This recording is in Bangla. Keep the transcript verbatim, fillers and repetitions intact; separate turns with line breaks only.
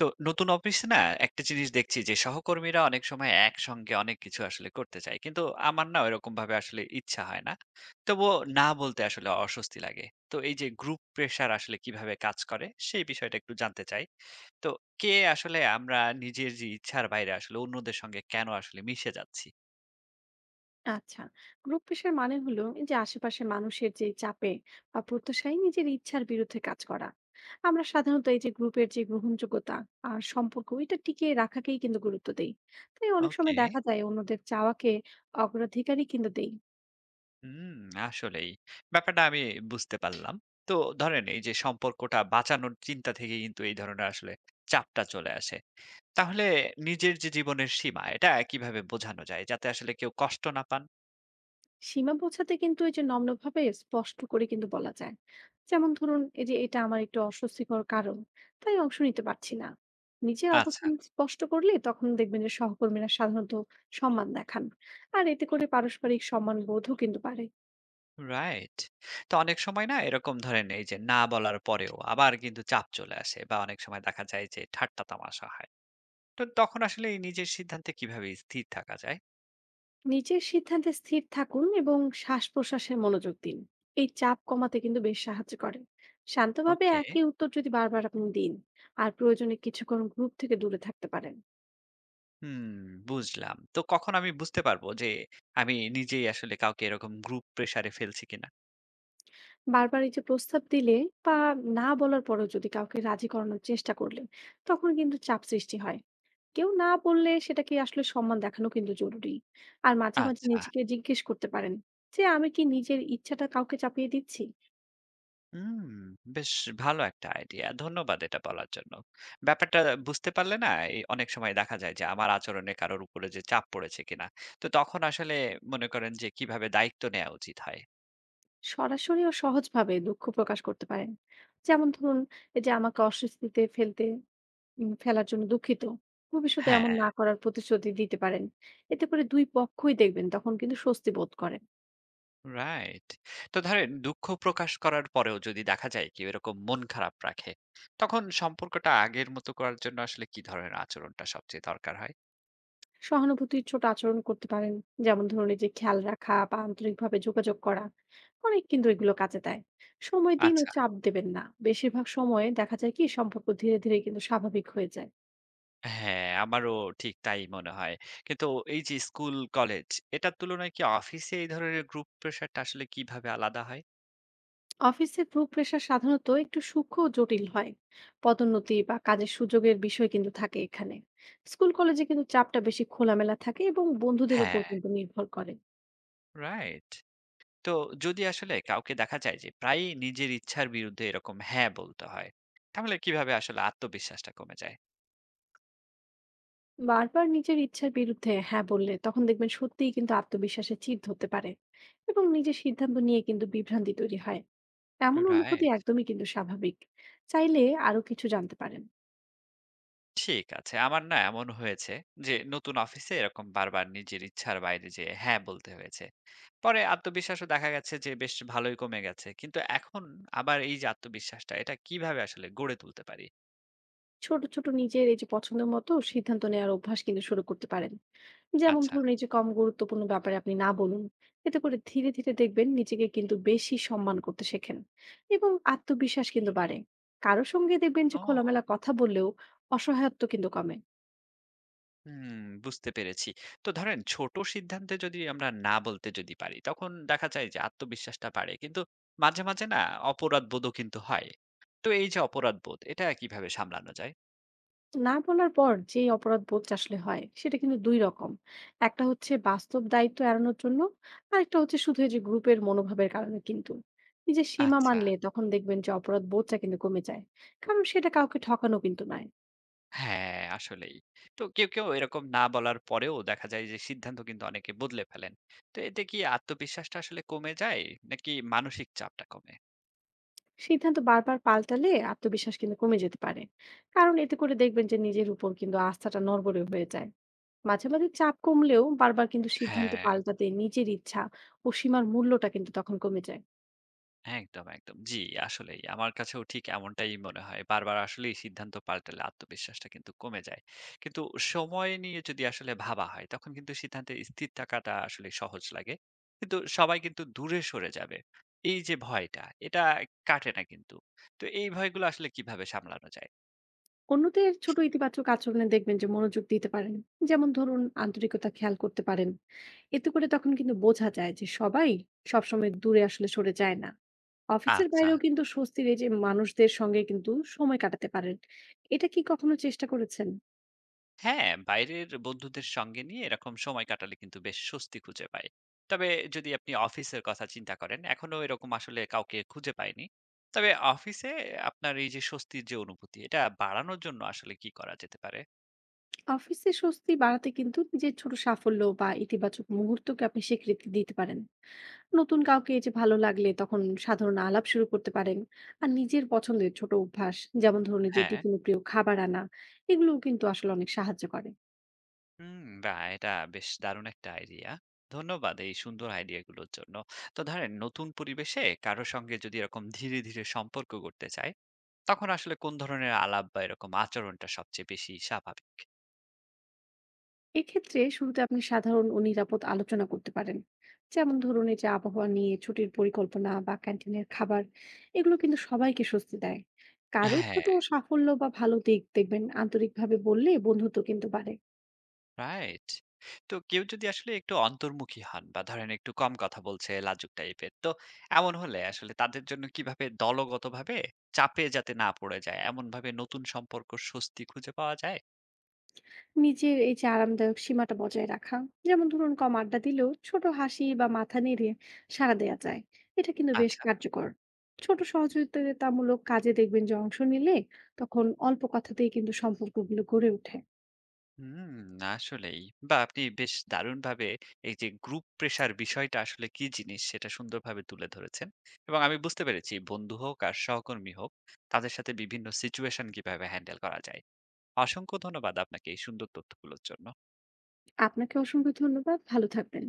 তো নতুন অফিসে না একটা জিনিস দেখছি যে সহকর্মীরা অনেক সময় একসঙ্গে অনেক কিছু আসলে করতে চায়, কিন্তু আমার না ওইরকম ভাবে আসলে ইচ্ছা হয় না। তবুও না বলতে আসলে অস্বস্তি লাগে। তো এই যে গ্রুপ প্রেসার আসলে কিভাবে কাজ করে, সেই বিষয়টা একটু জানতে চাই। তো কে আসলে আমরা নিজের যে ইচ্ছার বাইরে আসলে অন্যদের সঙ্গে কেন আসলে মিশে যাচ্ছি?
আচ্ছা, গ্রুপ প্রেশার মানে হলো এই যে আশেপাশে মানুষের যে চাপে বা প্রত্যাশায় নিজের ইচ্ছার বিরুদ্ধে কাজ করা। আমরা সাধারণত এই যে গ্রুপের যে গ্রহণযোগ্যতা আর সম্পর্ক এটা টিকিয়ে রাখাকেই কিন্তু গুরুত্ব দেই। তাই অনেক সময়
ওকে।
দেখা যায় অন্যদের চাওয়াকে অগ্রাধিকারই কিন্তু দেই।
হুম। আসলেই ব্যাপারটা আমি বুঝতে পারলাম। তো ধরেন এই যে সম্পর্কটা বাঁচানোর চিন্তা থেকে কিন্তু এই ধরনের আসলে চাপটা চলে আসে, তাহলে নিজের যে জীবনের সীমা, এটা কিভাবে বোঝানো যায়? যাতে আসলে কেউ কষ্ট না পান?
সীমা বোঝাতে কিন্তু এই যে নম্রভাবে স্পষ্ট করে কিন্তু বলা যায়। যেমন ধরুন এই যে এটা আমার একটু অস্বস্তিকর, কারণ তাই অংশ নিতে পারছি না। নিজের
আচ্ছা,
অবস্থান স্পষ্ট করলে তখন দেখবেন যে সহকর্মীরা সাধারণত সম্মান দেখান। আর এতে করে পারস্পরিক সম্মান বোধও কিন্তু বাড়ে।
রাইট। তো অনেক সময় না এরকম ধরেন এই যে না বলার পরেও আবার কিন্তু চাপ চলে আসে, বা অনেক সময় দেখা যায় যে ঠাট্টা তামাশা হয়। তো তখন আসলে এই নিজের সিদ্ধান্তে কিভাবে স্থির থাকা যায়?
নিজের সিদ্ধান্তে স্থির থাকুন এবং শ্বাস প্রশ্বাসে মনোযোগ দিন। এই চাপ কমাতে কিন্তু বেশ সাহায্য করে। শান্তভাবে
ওকে।
একই উত্তর যদি বারবার আপনি দিন আর প্রয়োজনে কিছুক্ষণ গ্রুপ থেকে দূরে থাকতে পারেন।
হুম, বুঝলাম। তো কখন আমি বুঝতে পারবো যে আমি নিজেই আসলে কাউকে এরকম গ্রুপ প্রেশার এ ফেলছি কিনা?
বারবার এই যে প্রস্তাব দিলে বা না বলার পরেও যদি কাউকে রাজি করানোর চেষ্টা করলে তখন কিন্তু চাপ সৃষ্টি হয়। কেউ না বললে সেটাকে আসলে সম্মান দেখানো কিন্তু জরুরি। আর মাঝে মাঝে
আচ্ছা।
নিজেকে জিজ্ঞেস করতে পারেন যে আমি কি নিজের ইচ্ছাটা কাউকে চাপিয়ে দিচ্ছি।
হুম, বেশ ভালো একটা আইডিয়া। ধন্যবাদ এটা বলার জন্য। ব্যাপারটা বুঝতে পারলে না এই অনেক সময় দেখা যায় যে আমার আচরণে কারোর উপরে যে চাপ পড়েছে কিনা। তো তখন আসলে মনে করেন যে কিভাবে দায়িত্ব নেয়া উচিত হয়।
সরাসরি ও সহজভাবে দুঃখ প্রকাশ করতে পারেন। যেমন ধরুন এই যে আমাকে অস্বস্তিতে ফেলতে উম, ফেলার জন্য দুঃখিত, ভবিষ্যতে এমন
হ্যাঁ।
না করার প্রতিশ্রুতি দিতে পারেন। এতে করে দুই পক্ষই দেখবেন তখন কিন্তু স্বস্তি বোধ করেন।
রাইট। তো ধরেন দুঃখ প্রকাশ করার পরেও যদি দেখা যায় কেউ এরকম মন খারাপ রাখে, তখন সম্পর্কটা আগের মতো করার জন্য আসলে কি ধরনের আচরণটা সবচেয়ে দরকার হয়?
সহানুভূতির ছোট আচরণ করতে পারেন, যেমন ধরুন এই যে খেয়াল রাখা বা আন্তরিকভাবে যোগাযোগ করা। অনেক কিন্তু এগুলো কাজে দেয়। সময় দিন ও
আচ্ছা।
চাপ দেবেন না, বেশিরভাগ সময়ে দেখা যায় কি সম্পর্ক ধীরে ধীরে কিন্তু স্বাভাবিক হয়ে যায়।
হ্যাঁ, আমারও ঠিক তাই মনে হয়। কিন্তু এই যে স্কুল, কলেজ, এটার তুলনায় কি অফিসে এই ধরনের গ্রুপ প্রেশার টা আসলে কিভাবে আলাদা হয়?
অফিসে গ্রুপ প্রেশার সাধারণত একটু সূক্ষ্ম ও জটিল হয়। পদোন্নতি বা কাজের সুযোগের বিষয় কিন্তু থাকে এখানে। স্কুল কলেজে কিন্তু চাপটা বেশি খোলামেলা থাকে এবং বন্ধুদের উপর
হ্যাঁ।
কিন্তু নির্ভর করে।
রাইট। তো যদি আসলে কাউকে দেখা যায় যে প্রায়ই নিজের ইচ্ছার বিরুদ্ধে এরকম হ্যাঁ বলতে হয়, তাহলে কিভাবে আসলে আত্মবিশ্বাসটা কমে যায়?
বারবার নিজের ইচ্ছার বিরুদ্ধে হ্যাঁ বললে তখন দেখবেন সত্যিই কিন্তু আত্মবিশ্বাসের চির ধরতে পারে, এবং নিজের সিদ্ধান্ত নিয়ে কিন্তু বিভ্রান্তি তৈরি হয়। এমন অনুভূতি
রাইট।
একদমই কিন্তু স্বাভাবিক। চাইলে আরো কিছু জানতে পারেন।
ঠিক আছে। আমার না এমন হয়েছে যে নতুন অফিসে এরকম বারবার নিজের ইচ্ছার বাইরে যে হ্যাঁ বলতে হয়েছে। পরে আত্মবিশ্বাসও দেখা গেছে যে বেশ ভালোই কমে গেছে। কিন্তু এখন আবার এই যে আত্মবিশ্বাসটা, এটা কিভাবে আসলে গড়ে তুলতে পারি?
ছোট ছোট নিজের এই যে পছন্দ মতো সিদ্ধান্ত নেওয়ার অভ্যাস কিন্তু শুরু করতে পারেন। যেমন
আচ্ছা।
ধরুন এই যে কম গুরুত্বপূর্ণ ব্যাপারে আপনি না বলুন। এতে করে ধীরে ধীরে দেখবেন নিজেকে কিন্তু বেশি সম্মান করতে শেখেন এবং আত্মবিশ্বাস কিন্তু বাড়ে। কারো সঙ্গে দেখবেন যে
ও
খোলামেলা কথা বললেও অসহায়ত্ব কিন্তু কমে।
হুম, বুঝতে পেরেছি। তো ধরেন ছোট সিদ্ধান্তে যদি আমরা না বলতে যদি পারি তখন দেখা যায় যে আত্মবিশ্বাসটা বাড়ে। কিন্তু মাঝে, মাঝে না অপরাধবোধও কিন্তু হয়। তো এই যে অপরাধবোধ, এটা কিভাবে সামলানো যায়?
না বলার পর যেই অপরাধবোধটা আসলে হয় সেটা কিন্তু দুই রকম। একটা হচ্ছে বাস্তব দায়িত্ব এড়ানোর জন্য, আর একটা হচ্ছে শুধু এই যে গ্রুপের মনোভাবের কারণে কিন্তু। এই যে সীমা
আচ্ছা।
মানলে তখন দেখবেন যে অপরাধ বোধটা কিন্তু কমে যায়, কারণ সেটা কাউকে ঠকানো কিন্তু নয়।
হ্যাঁ, আসলেই। তো কেউ, কেউ এরকম না বলার পরেও দেখা যায় যে সিদ্ধান্ত কিন্তু অনেকে বদলে ফেলেন। তো এতে কি আত্মবিশ্বাসটা আসলে কমে যায় নাকি মানসিক চাপটা কমে?
সিদ্ধান্ত বারবার পাল্টালে আত্মবিশ্বাস কিন্তু কমে যেতে পারে, কারণ এতে করে দেখবেন যে নিজের উপর কিন্তু আস্থাটা নড়বড়ে হয়ে যায়। মাঝে মাঝে চাপ কমলেও বারবার কিন্তু সিদ্ধান্ত
হ্যাঁ,
পাল্টাতে নিজের ইচ্ছা ও সীমার মূল্যটা কিন্তু তখন কমে যায়।
একদম, একদম। জি, আসলেই। আমার কাছেও ঠিক এমনটাই মনে হয়। বারবার আসলেই সিদ্ধান্ত পাল্টালে আত্মবিশ্বাসটা কিন্তু কমে যায়। কিন্তু সময় নিয়ে যদি আসলে ভাবা হয় তখন কিন্তু সিদ্ধান্তে স্থির থাকাটা আসলে সহজ লাগে। কিন্তু সবাই কিন্তু দূরে সরে যাবে, এই যে ভয়টা, এটা কাটে না কিন্তু। তো এই ভয়গুলো আসলে কিভাবে সামলানো যায়?
অন্যদের ছোট ইতিবাচক আচরণে দেখবেন যে মনোযোগ দিতে পারেন। যেমন ধরুন আন্তরিকতা খেয়াল করতে পারেন। এতে করে তখন কিন্তু বোঝা যায় যে সবাই সবসময় দূরে আসলে সরে যায় না। অফিসের
আচ্ছা।
বাইরেও কিন্তু স্বস্তির এই যে মানুষদের সঙ্গে কিন্তু সময় কাটাতে পারেন। এটা কি কখনো চেষ্টা করেছেন?
হ্যাঁ, বাইরের বন্ধুদের সঙ্গে নিয়ে এরকম সময় কাটালে কিন্তু বেশ স্বস্তি খুঁজে পাই। তবে যদি আপনি অফিসের কথা চিন্তা করেন, এখনো এরকম আসলে কাউকে খুঁজে পাইনি। তবে অফিসে আপনার এই যে স্বস্তির যে অনুভূতি, এটা বাড়ানোর জন্য আসলে কি করা যেতে পারে?
অফিসে স্বস্তি বাড়াতে কিন্তু নিজের ছোট সাফল্য বা ইতিবাচক মুহূর্তকে আপনি স্বীকৃতি দিতে পারেন। নতুন কাউকে এই যে ভালো লাগলে তখন সাধারণ আলাপ শুরু করতে পারেন। আর নিজের পছন্দের ছোট অভ্যাস, যেমন ধরুন এই যে
হ্যাঁ।
টিফিনে প্রিয় খাবার আনা, এগুলোও কিন্তু আসলে অনেক সাহায্য করে।
হুম, বাহ! এটা বেশ দারুণ একটা আইডিয়া। ধন্যবাদ এই সুন্দর আইডিয়াগুলোর জন্য। তো ধরেন নতুন পরিবেশে কারো সঙ্গে যদি এরকম ধীরে, ধীরে সম্পর্ক গড়তে চাই, তখন আসলে কোন ধরনের আলাপ বা এরকম আচরণটা সবচেয়ে বেশি স্বাভাবিক?
এক্ষেত্রে শুরুতে আপনি সাধারণ ও নিরাপদ আলোচনা করতে পারেন। যেমন ধরুন এই যে আবহাওয়া নিয়ে ছুটির পরিকল্পনা বা ক্যান্টিনের খাবার, এগুলো কিন্তু সবাইকে স্বস্তি দেয়। কারো
হ্যাঁ।
ছোট সাফল্য বা ভালো দিক দেখবেন আন্তরিকভাবে বললে বন্ধুত্ব কিন্তু বাড়ে।
রাইট। তো কেউ যদি আসলে একটু অন্তর্মুখী হন বা ধরেন একটু কম কথা বলছে, লাজুক টাইপের। তো এমন হলে আসলে তাদের জন্য কিভাবে দলগতভাবে চাপে যাতে না পড়ে যায়, এমনভাবে নতুন সম্পর্ক স্বস্তি খুঁজে পাওয়া যায়?
নিজের এই যে আরামদায়ক সীমাটা বজায় রাখা, যেমন ধরুন কম আড্ডা দিলেও ছোট হাসি বা মাথা নেড়ে সাড়া দেওয়া যায়, এটা কিন্তু বেশ
আচ্ছা।
কার্যকর। ছোট সহযোগিতামূলক কাজে দেখবেন যে অংশ নিলে তখন অল্প কথাতেই কিন্তু সম্পর্কগুলো গড়ে ওঠে।
হুম, আসলেই। বা আপনি বেশ দারুণভাবে এই যে গ্রুপ প্রেশার বিষয়টা আসলে কি জিনিস সেটা সুন্দরভাবে তুলে ধরেছেন। এবং আমি বুঝতে পেরেছি বন্ধু হোক আর সহকর্মী হোক, তাদের সাথে বিভিন্ন সিচুয়েশন কিভাবে হ্যান্ডেল করা যায়। অসংখ্য ধন্যবাদ আপনাকে এই সুন্দর তথ্যগুলোর জন্য।
আপনাকে অসংখ্য ধন্যবাদ, ভালো থাকবেন।